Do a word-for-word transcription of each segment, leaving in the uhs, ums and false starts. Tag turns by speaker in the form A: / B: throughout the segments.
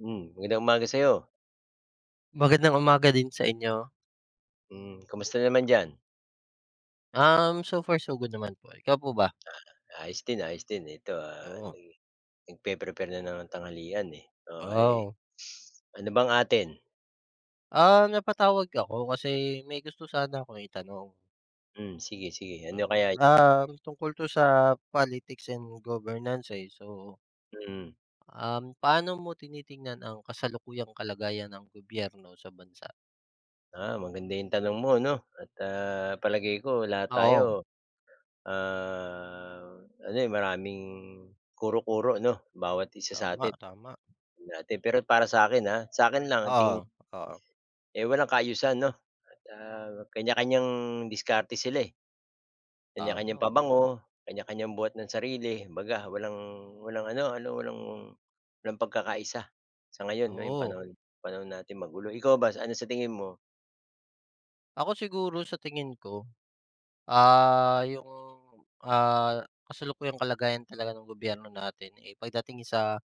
A: Hmm, magandang umaga sa'yo.
B: Magandang umaga din sa inyo.
A: Hmm, kamusta naman diyan?
B: Um, so far so good naman po. Ikaw po ba?
A: Ayos din, ayos din. Ito, ah,
B: Oo.
A: nag nagpe-prepare na ng tanghalian, eh. Oo, eh,
B: Oh
A: ano bang atin?
B: um Napatawag ako kasi may gusto sana akong itanong.
A: Hmm, sige, sige.
B: So,
A: Ano kaya
B: um, tungkol 'to sa politics and governance, eh. So,
A: mm.
B: um, paano mo tinitingnan ang kasalukuyang kalagayan ng gobyerno sa bansa?
A: Ah, maganda yung tanong mo 'no at, ah, palagay ko lahat
B: Oo,
A: tayo, ah, ano, eh, maraming kuro-kuro 'no, bawat isa sa
B: tama,
A: atin,
B: tama.
A: natin. Pero para sa akin sa'kin, sa akin lang ang
B: Oo,
A: tingin
B: oo,
A: eh, walang kaayusan 'no at, ah, kanya-kanyang diskarte sila, eh.
B: tama,
A: Kanya-kanyang
B: oo.
A: pabango, kanya-kanyang buhat ng sarili, kumbaga walang walang ano ano, walang walang pagkakaisa sa ngayon 'no, yung
B: Oo.
A: panahon panahon natin magulo. Ikaw ba, ano sa tingin mo?
B: Ako siguro sa tingin ko. Ah, yung, ah, kasalukuyang kalagayan talaga ng gobyerno natin, eh, pagdating sa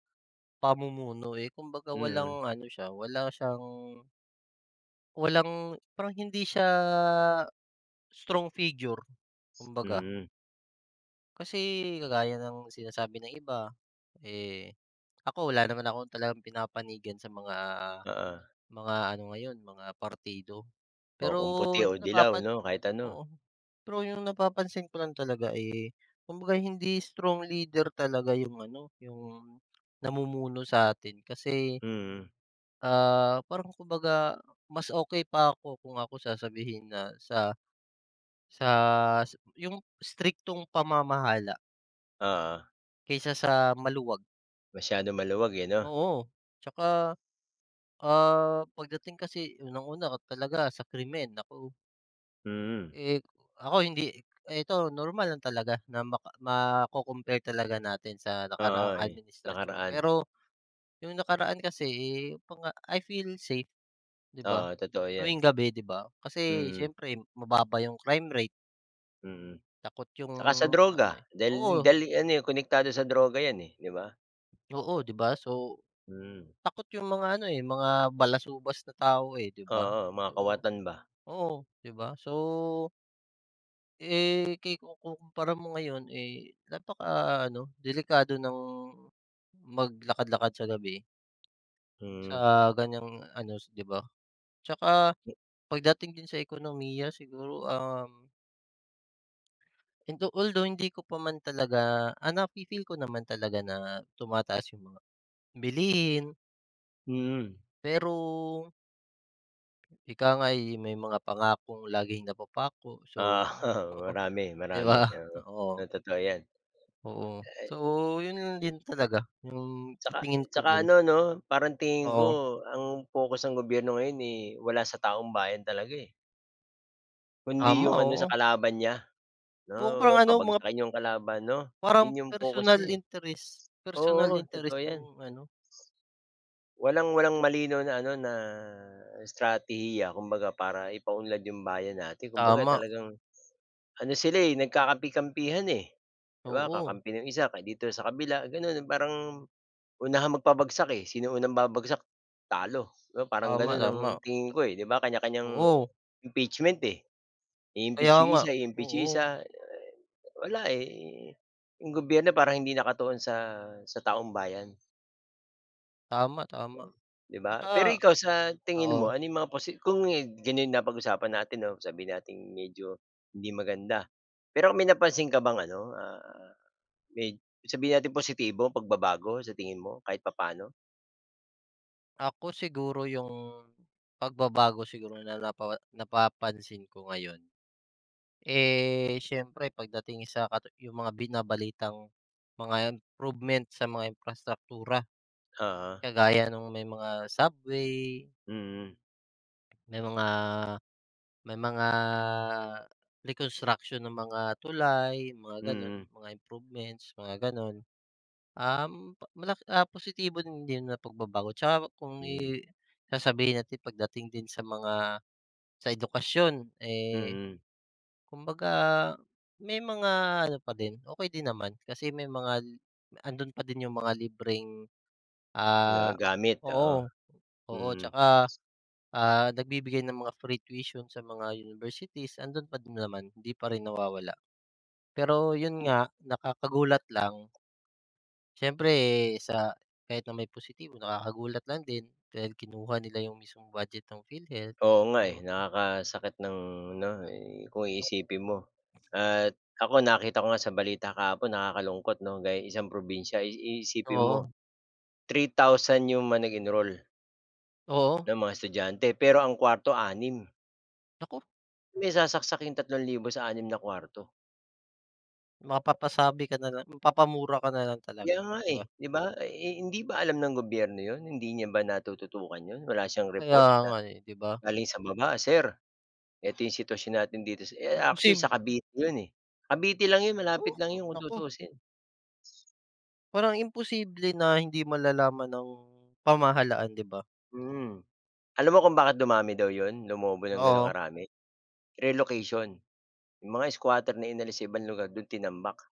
B: pamumuno, eh, kumbaga
A: Mm,
B: walang ano siya, wala siyang walang parang hindi siya strong figure, kumbaga.
A: mm,
B: Kasi kagaya ng sinasabi ng iba, eh, ako wala naman akong talagang pinapanigan sa mga
A: oo.
B: Mga ano ngayon, mga partido.
A: O
B: Pero
A: kung puti o
B: yung
A: dilaw 'no,
B: napapansin,
A: kahit ano.
B: oo, pero yung napapansin ko lang talaga, eh, kumbaga hindi strong leader talaga yung ano, yung namumuno sa atin kasi,
A: Mm,
B: ah, parang kumbaga mas okay pa ako kung ako sasabihin na sa sa s- yung striktong pamamahala
A: oo.
B: kaysa sa maluwag.
A: Masyadong maluwag, eh, 'no?
B: Oo, 'tsaka, ah, pagdating kasi unang-una talaga sa krimen, ako.
A: Mm,
B: Eh, Ako hindi eh, ito normal lang talaga na maka mako-compare talaga natin sa
A: oo,
B: nakaraang
A: eh,
B: administrasyon.
A: nakaraan.
B: Pero yung nakaraan kasi, eh, panga I feel safe, 'di ba?
A: Oo, totoo 'yan.
B: Tuwing gabi, 'di ba? Kasi
A: Mm,
B: siyempre mababa yung crime rate,
A: mm.
B: takot yung
A: Tsaka sa
B: ano,
A: droga,
B: eh,
A: dahil
B: oo,
A: dahil ano, eh, konektado sa droga 'yan, eh, 'di ba?
B: oo, 'di ba? So,
A: Mm,
B: takot yung mga ano, eh, mga balasubas na tao, eh, 'di ba?
A: oo, mga
B: Oo,
A: kawatan ba?
B: oo, 'di ba? So, Eh, ki ku kukumpara mo ngayon, eh, napaka-ano, delikado ng maglakad-lakad sa gabi sa
A: Mm.
B: ganiyang ano, 'di ba? Tsaka pagdating din sa ekonomiya siguro, um, and though although hindi ko pa man talaga ah, nafi-feel ko naman talaga na tumataas yung mga bilihin,
A: Mm.
B: pero ika nga, eh, may mga pangakong laging napapako. So,
A: Ah,
B: oo,
A: marami,
B: 'di
A: marami,
B: ba?
A: oo.
B: Oo,
A: Oo, totoo 'yan.
B: oo. So, yun lang din talaga yung sa
A: Tsaka
B: tingin ko
A: tsaka
B: din.
A: ano 'no, parang tingin ko
B: Oo,
A: ang focus ng gobyerno ngayon, eh, wala sa taong bayan talaga, eh, kundi
B: tama,
A: yung ano sa
B: oo.
A: kalaban niya 'no,
B: Oo, parang
A: yung
B: ano, mga
A: pabagsakin yung kalaban 'no,
B: parang
A: yun yung focus
B: personal
A: niya, eh.
B: interest, personal
A: Oo,
B: interest
A: totoo 'yan.
B: yung ano,
A: Walang walang malinaw na ano na strategiya kumbaga para ipaunlad yung bayan natin. Kumbaga
B: tama,
A: talagang ano sila, eh, nagkakampi-kampihan, eh, 'di ba
B: oo,
A: kakampi ng isa kay dito sa kabila, gano'n. Parang unahang magpabagsak, eh, sino unang babagsak talo, 'di ba parang
B: tama,
A: gano'n ang
B: tama,
A: tingin ko, eh, 'di ba kanya-kanyang
B: oo,
A: impeachment, eh.
B: kaya
A: I-impeach yung
B: nga,
A: isa, i-impeach yung
B: oo,
A: isa, eh, wala, eh, yung gobyerno parang hindi nakatuon sa sa taong bayan,
B: tama, tama.
A: oo, 'di ba? Pero
B: Tsaka
A: ikaw sa tingin
B: oo,
A: mo ano yung mga posi kung, eh, gano'n yung napag-usapan natin 'no, sabihin nating medyo hindi maganda. Pero may napansin ka bang ano, ah, med sabihin natin positibo, pagbabago sa tingin mo kahit papaano?
B: ako siguro yung pagbabago siguro na napa napapansin ko ngayon, eh, siyempre pagdating sa katu yung mga binabalitang mga improvement sa mga infrastruktura
A: Oo,
B: kagaya nung may mga subway,
A: mm,
B: may mga May mga reconstruction ng mga tulay, mga gano'n,
A: mm.
B: mga improvements, mga gano'n. Um, pa Malaki ah, positibo din din na pagbabago tsaka kung
A: Hmm,
B: i sasabihin natin pagdating din sa mga sa edukasyon, eh,
A: mm.
B: kumbaga may mga ano pa din, okey din naman kasi may mga andun pa din yung mga libreng, ah,
A: Nagagamit,
B: oo,
A: oo.
B: oo,
A: Mm.
B: tsaka Ah, nagbibigay ng mga free tuition sa mga universities, andun pa din naman, hindi pa rin nawawala. Pero yun nga, nakakagulat lang. Siyempre eh, sa kahit na may positibo, nakakagulat lang din dahil kinuha nila yung mismong budget ng PhilHealth.
A: Oo nga, eh,
B: So
A: nakakasakit ng ano, eh, kung iisipin mo at ako nakita ko nga sa balita kahapon nakakalungkot 'no, gaya isang probinsya i iisipin mo
B: oo,
A: three thousand yung mga nag-enroll
B: oo,
A: ng mga estudyante pero ang kwarto anim.
B: naku,
A: May sasaksak yung tatlong libo sa anim na kwarto.
B: mapapasabi ka na lang mapapamura ka na lang talaga,
A: Kaya nga,
B: 'di
A: eh,
B: ba?
A: 'di ba? Eh, hindi ba alam ng gobyerno yon? Hindi niya ba natututukan 'yun? Wala siyang
B: Kaya
A: report na
B: nga, eh, 'di ba?
A: galing sa baba, "Sir, eto yung sitwasyon natin dito sa eh, actually sa
B: Imposible,
A: Cavite yun, eh." Cavite lang yun, malapit
B: oo,
A: lang yun kung
B: naku,
A: tutuusin,
B: parang imposible na hindi malalaman ng pamahalaan, 'di ba?
A: mm. Alam mo kung bakit dumami daw yun, lumobo ng gano'ng
B: Oo,
A: karami? Relocation. Yung mga squatter na inalis sa ibang lugar dun tinambak.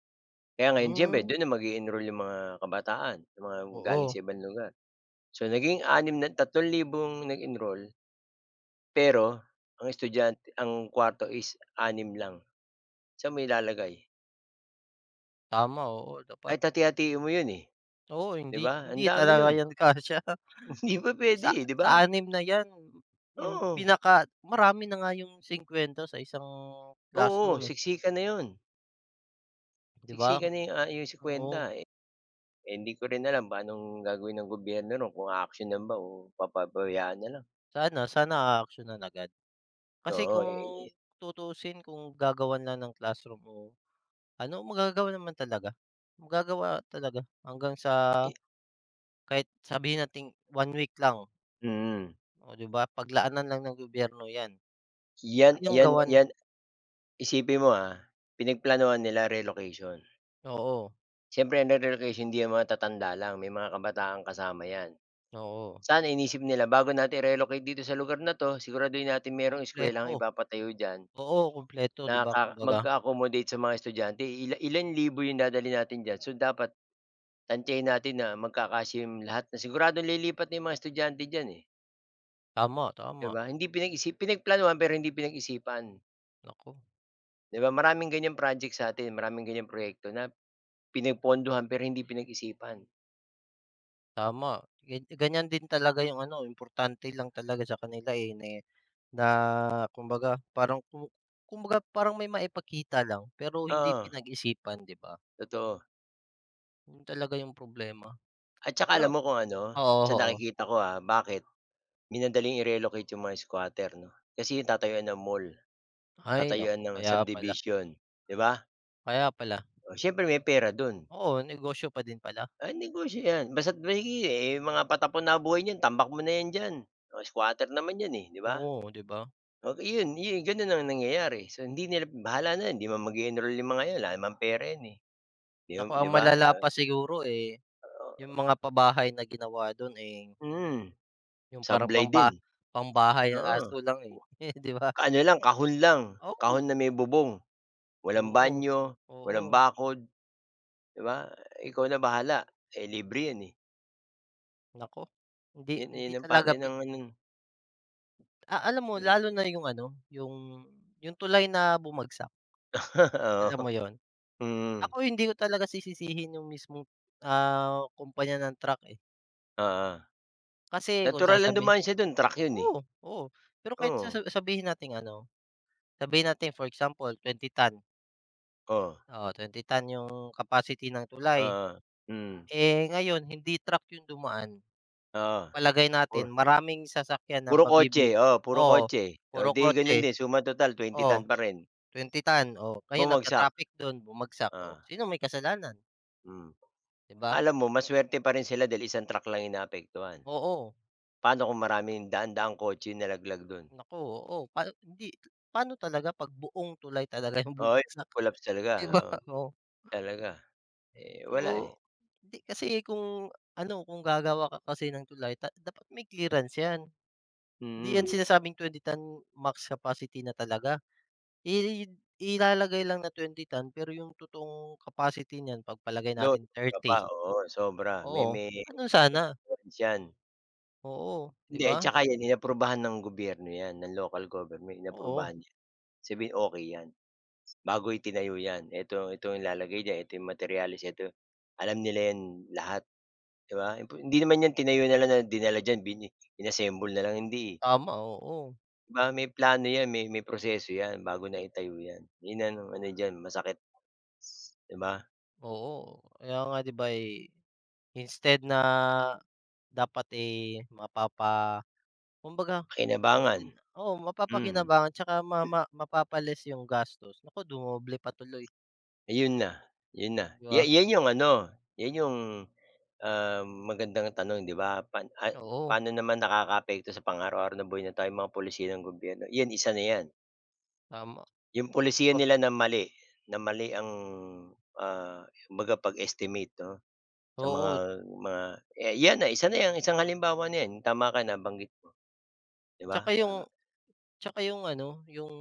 A: Kaya ngayon siyempre
B: hmm.
A: dun na mag-e-enroll yung mga kabataan, yung mga
B: Oo,
A: galing sa ibang lugar. So naging anim na tatlong libong nag-enroll, pero ang estudyante ang kwarto is anim lang. Saan mo ilalagay?
B: tama, oo, dapat.
A: Kahit hati-hatiin mo yun, eh,
B: Oo,
A: 'di
B: hindi
A: ba? Ang
B: hindi
A: dami
B: talaga
A: nun,
B: 'yan kasya.
A: hindi pa puwede,
B: Sa
A: eh, 'di
B: sa
A: ba?
B: anim na 'yan, yung
A: Oo,
B: pinaka marami na nga yung singkuwenta sa isang
A: oo,
B: classroom, eh,
A: siksikan na 'yun.
B: 'di ba?
A: Siksikan na 'yung, ah, 'yung sa
B: Oo,
A: kuwenta, eh, hindi ko rin alam paanong gagawin ng gobyerno nun kung aaksiyunan ba o papabayaan na lang.
B: sana sana aaksiyunan agad. Kasi
A: Oo,
B: kung
A: eh, eh,
B: tutuusin kung gagawan lang ng classroom o ano, magagawa naman talaga. Magagawa talaga hanggang sa
A: eh,
B: kahit sabihin nating one week lang,
A: mm.
B: oh, 'di ba? Paglaanan lang ng gobyerno 'yan,
A: 'Yan
B: kayang
A: 'yan
B: gawan.
A: 'yan isipin mo, ah, pinagplanuhan nila relocation.
B: Oo,
A: Siyempre ang relocation hindi 'yan mga tatanda lang, may mga kabataan kasama 'yan.
B: oo.
A: Sana inisip nila bago natin i-relocate dito sa lugar na 'to siguraduhin natin merong
B: Kumpleto,
A: eskuwelahang ipapatayo diyan.
B: oo kumpleto 'di ba
A: Nakaka
B: kumbaga.
A: mag-a-accommodate sa mga estudyante, ila ilan libo yung dadalhin natin diyan. So, dapat tantiyahin natin na magkakasya yung lahat na siguradong lilipat na yung mga estudyante diyan, eh,
B: Tama,
A: 'di
B: tama,
A: ba? Hindi pinag-isip pinagplanuhan pero hindi pinag-isipan,
B: naku,
A: 'di ba? Maraming ganiyang project sa atin maraming ganiyang proyekto na pinagpondohan pero hindi pinag-isipan.
B: tama, gan ganyan din talaga yung ano, importante lang talaga sa kanila, eh, na na kumbaga, parang ku kumbaga parang may maipakita lang pero hindi
A: Oo,
B: pinag-isipan, 'di ba?
A: totoo.
B: Yun talaga yung problema.
A: At saka
B: Pero
A: alam mo kung ano,
B: oo,
A: sa
B: oo.
A: nakikita ko, ah, bakit minadaling i-relocate yung mga squatter 'no, kasi yung tatayuan ng mall,
B: Ay
A: tatayuan
B: nako
A: ng
B: kaya pala,
A: subdivision, 'di ba?
B: kaya pala.
A: Oh, siyempre may pera dun.
B: Oo, negosyo pa din pala.
A: Ah, negosyo 'yan basta't ba sige, eh, mga patapon na buhay niyan tambak mo na 'yan diyan. Oh, squatter naman 'yan, eh, 'di ba?
B: Oo, 'di ba?
A: Oh, yun yun ganun ang nangyayari. So, hindi nila bahala na hindi 'di man mag enroll yung mga 'yan, wala namang pera 'yan, eh, 'di
B: Nako
A: di
B: ang
A: ba?
B: malala pa siguro, eh, yung
A: Oh,
B: mga pabahay na ginawa dun, eh.
A: mm,
B: Yung parang
A: sablay din,
B: pamba Pambahay ang
A: oo.
B: aso lang, eh, 'di ba?
A: Ano lang, kahon lang,
B: Oo,
A: kahon na may bubong, walang
B: oo,
A: banyo, walang
B: oo,
A: bakod, 'di ba?
B: yu
A: Ikaw na bahala, eh, libre 'yan, eh.
B: naku, hindi
A: Yun
B: hindi
A: yun ang pa
B: talaga
A: yun
B: pi
A: ang ano,
B: ah, alam mo lalo na yung ano, yung yung tulay na bumagsak, alam mo
A: oo,
B: yon.
A: mm,
B: Ako hindi ko talaga sisisihin yung mismong, ah, kumpanya ng truck, eh.
A: oo.
B: Kasi kung
A: Natural lang
B: sasabi
A: dumaan siya dun, truck yun, eh.
B: Oo, oo, pero kahit
A: Oo,
B: sasa sabihin natin ano, sabihin natin for example twenty ton,
A: oh,
B: oo, twenty ton yung capacity ng tulay,
A: oo, hmm,
B: eh, ngayon hindi truck yung dumaan.
A: oo.
B: Palagay natin
A: Puro
B: maraming sasakyan ang
A: puro kotse,
B: mabibi
A: oo, puro
B: oo,
A: kotse. Oh,
B: puro
A: 'di ganun
B: kotse,
A: din suma total twenty ton
B: oh,
A: pa rin,
B: twenty ton, oh, ngayon
A: bumagsak,
B: nagka-traffic dun bumagsak,
A: oo,
B: oh, sino may kasalanan,
A: hmm.
B: 'di ba?
A: Alam mo masuwerte pa rin sila dahil isang truck lang inaapektuhan.
B: Oo,
A: Paano kung maraming daan-daang kotse yung nalaglag dun?
B: naku, oo, pa hindi paano talaga 'pag buong tulay talaga yung
A: Oo,
B: bumagsak,
A: collapse talaga,
B: 'di ba?
A: oo,
B: Oh,
A: talaga. Eh, wala, eh,
B: so, hindi kasi kung ano, kung gagawa ka kasi ng tulay ta dapat may clearance 'yan, hindi 'yan
A: mm.
B: sinasabing twenty ton max capacity na talaga. I Ilalagay lang na twenty ton pero yung totoong capacity niyan pagpalagay
A: Lo
B: natin
A: sobra pa,
B: thirty.
A: oo, sobra, may
B: Oo.
A: may
B: Gano'n sana,
A: yan.
B: oo, 'di
A: Hindi,
B: ba?
A: eh, tsaka 'yan inaprubahan ng gobyerno 'yan, ng local government,
B: Oo,
A: inaprubahan 'yan. Sabihin, okay 'yan, bago itinayo 'yan, ito eto yung ilalagay diyan, eto yung materyales, eto alam nila 'yan lahat, 'di ba? Impo hindi naman 'yan tinayo na lang na dinala diyan, bini inassemble na lang, hindi, eh.
B: tama, oo,
A: 'Di ba may plano 'yan, may may proseso 'yan bago naitayo 'yan. 'Yun ang ano diyan, masakit, 'di ba?
B: oo. Kaya nga 'di ba, eh, instead na dapat, eh, mapapa kumbaga
A: Pakinabangan,
B: instead, oo,
A: hmm,
B: mapapakinabangan tsaka mama mapapa-less yung gastos, naku dumoble pa tuloy,
A: ayun na, 'yun na.
B: 'di ba?
A: Ya 'yan yung ano, 'yan yung Ah, magandang tanong 'di ba? Pan ah,
B: Oo,
A: paano naman nakakaapekto sa pang-araw-araw na buhay na tayo mga pulisiya ng gobyerno, 'yan isa na 'yan.
B: tama.
A: Yung pulisiya
B: O
A: nila na mali, na mali ang, ah, kumbaga pag-estimate 'no, sa mga
B: oo,
A: mga eh, 'yan na, isa na 'yang isang halimbawa na 'yan, tama ka na banggit mo, 'di ba?
B: tsaka yung. Tsaka yung ano, yung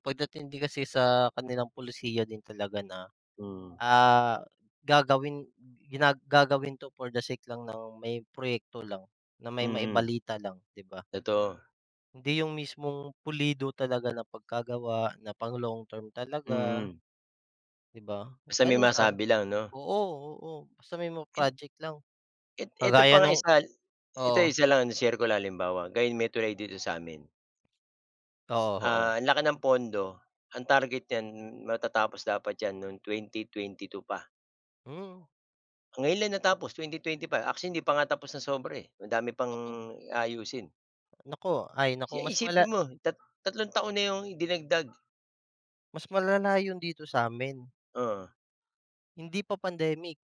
B: pagdating din kasi sa kanilang pulisiya din talaga na,
A: Mm,
B: ah, gagawin gina gagawin 'to for the sake lang ng may proyekto lang, na may
A: mm,
B: maibalita lang, 'di ba?
A: totoo,
B: Hindi yung mismong pulido talaga na pagkagawa na pang long term talaga,
A: mm.
B: 'di ba?
A: Basta may
B: Ganun siya,
A: masabi lang 'no?
B: oo, oo, basta may mga
A: Et
B: project lang.
A: et Eto pa
B: Kagaya
A: nga
B: nung
A: isa, ito
B: oo,
A: isa lang, ang share ko lang halimbawa, gayun may tulay dito sa'min.
B: oo,
A: Ah,
B: oo.
A: ang laki ng pondo. Ang target niyan matatapos dapat 'yan no'ng twenty twenty-two pa.
B: Hmm,
A: Ang Ngayon lang natapos twenty twenty-five, actually hindi pa nga tapos na sobra, eh, madami pang
B: naku,
A: ayusin.
B: naku, ay naku
A: Si
B: mas mala,
A: isipin mo tat tatlong taon na 'yung dinagdag,
B: mas malala yun dito sa sa'min.
A: oo,
B: Hindi pa pandemic,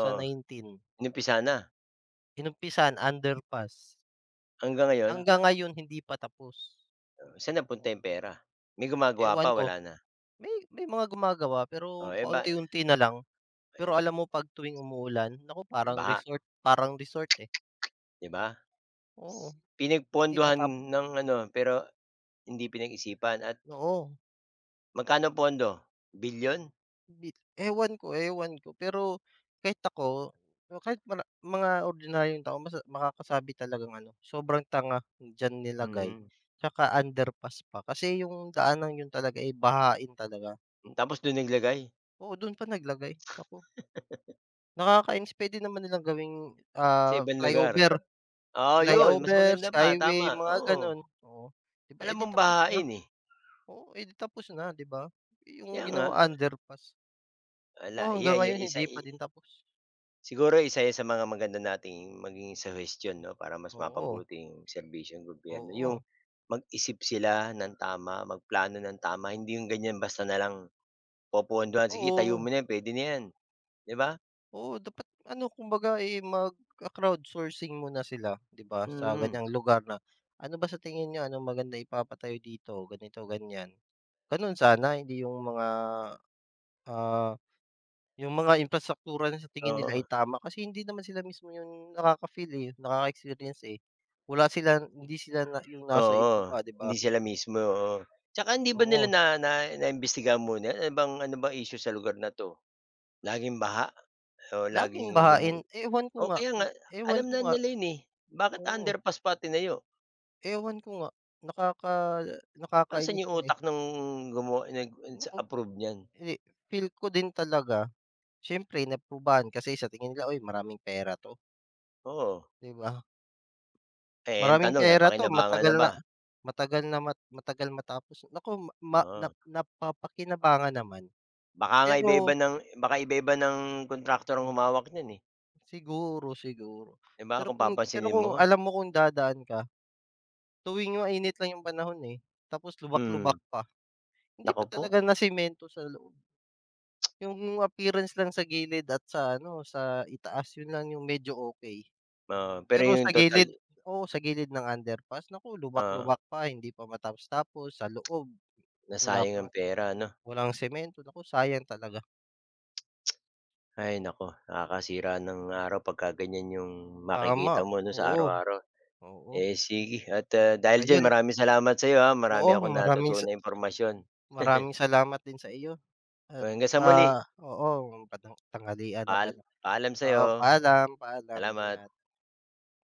A: oo, inumpisa na.
B: Inumpisahan underpass,
A: Hanggang ngayon,
B: hanggang ngayon hindi pa tapos.
A: oh, saan napunta 'yung pera? May gumagawa
B: Ewan
A: pa,
B: ko,
A: wala na.
B: may may mga gumagawa pero
A: Oh, eh, ba
B: paunti-unti na lang. Pero
A: eh,
B: alam mo 'pag tuwing umuulan, naku parang
A: baha,
B: resort parang resort, eh.
A: 'di ba?
B: Oo, hindi
A: Pinagpondohan
B: matapos,
A: ng ano, pero hindi pinag-isipan at
B: oo.
A: magkano pondo? Bilyon?
B: Hindi, ewan ko, ewan ko. Pero kahit ako, o kahit mara mga ordinaryong tao mas makakasabi talagang ano, sobrang tanga diyan nilagay,
A: Mm,
B: tsaka underpass pa. Kasi yung daanang yun talaga, eh, bahain talaga.
A: Tapos do'n naglagay.
B: Oo, dun pa naglagay, naku. Nakakainis pwede naman nilang gawing,
A: Sa
B: ah,
A: ibang lugar.
B: flyover,
A: Oo, yun mas
B: flyover,
A: maganda pa,
B: skyway,
A: tama,
B: mga
A: oo.
B: ganun, oo. 'Di ba, eh,
A: Alam
B: di
A: mong
B: tapos na,
A: bahain, eh,
B: oo, eh, di tapos na, 'di ba? Yung
A: kaya nga.
B: ginawa underpass,
A: Wala,
B: oo, hanggang
A: yan yan
B: ngayon
A: isa
B: hindi
A: i
B: pa din tapos,
A: siguro isa yan sa mga maganda nating maging suhestiyon 'no, para mas
B: oo.
A: mapabuti yung serbisyo ng gobyerno, yung
B: Oo,
A: mag-isip sila ng tama, magplano ng tama, hindi yung ganyan basta na lang popondohan, "Sige itayo mo
B: oo,
A: na yan, puwede na yan." 'Di ba?
B: oo dapat ano kumbaga, eh, magka-crowdsourcing muna sila 'di ba, sa
A: Mm,
B: ganiyang lugar na, "Ano ba sa tingin niyo, anong maganda ipapatayo dito?" Ganito, ganiyan. Gano'n sana hindi yung mga, ah, yung mga imprastraktura na sa tingin nila ay
A: oo,
B: tama kasi hindi naman sila mismo yung nakaka-feel, eh, nakaka-experience, eh. Wala sila hindi sila na yung nasa
A: oo,
B: ibaba, 'di ba?
A: hindi sila mismo, oo. Tsaka hindi ba nila
B: Oo,
A: na na naimbestigahan muna, ano bang ano bang issue sa lugar na 'to? Laging baha o
B: laging
A: laging
B: bahain
A: lumu
B: ewan ko
A: o
B: nga
A: kaya nga
B: kung ewan
A: alam
B: ko
A: na
B: nga,
A: nila yun, eh, bakit
B: oo.
A: underpass pa tinayo?
B: Ewan ko nga, nakaka
A: Nasaan
B: nakakainis
A: yung
B: yun, eh.
A: utak ng gumawa nag
B: Naku,
A: nag-approve niyan?
B: hindi, feel ko din talaga, siyempre naprubahan kasi sa tingin nila, "Uy, maraming pera 'to,"
A: Oo,
B: 'di ba?
A: eh, ang
B: "Maraming
A: tanong
B: pera 'to,
A: napakinabangan na
B: matagal na,
A: ba?
B: matagal na mat matagal matapos." Naku, ma na
A: Oo,
B: napapakinabangan naman.
A: baka nga
B: Pero
A: iba-iba ng baka iba-iba ng kontraktor ang humawak niyan, eh,
B: siguro, siguro.
A: 'di ba
B: Pero
A: kung
B: kung, pero
A: papansinin
B: kung
A: mo?
B: alam mo kung dadaan ka, tuwing mainit lang yung panahon, eh, tapos lubak-lubak
A: Mm,
B: pa, hindi
A: naku
B: pa
A: po,
B: talaga nasemento sa loob. Yung appearance lang sa gilid at sa ano, sa itaas yun lang yung medyo okey.
A: oo, pero
B: Pero sa
A: yung total
B: gilid, oo, sa gilid ng underpass naku
A: oo,
B: lubak-lubak pa, hindi pa matapos-tapos, sa loob wala
A: nasayang
B: pang
A: ang pera ano?
B: walang semento, naku sayang talaga.
A: Ay naku, nakakasira ng araw pagka ganyan yung
B: Tama,
A: makikita mo 'no, sa
B: oo,
A: araw-araw.
B: oo.
A: Eh, sige at, ah, dahil diyan
B: Ayun,
A: maraming salamat sa'yo, ha, marami
B: oo,
A: akong
B: maraming
A: natutunan
B: sa,
A: na impormasyon.
B: maraming salamat din sa iyo at,
A: Hanggang sa muli,
B: ah oo, padang tanghalian na
A: paal
B: pala.
A: paalam sa'yo.
B: Oo, paalam, paalam,
A: Salamat.
B: ingat.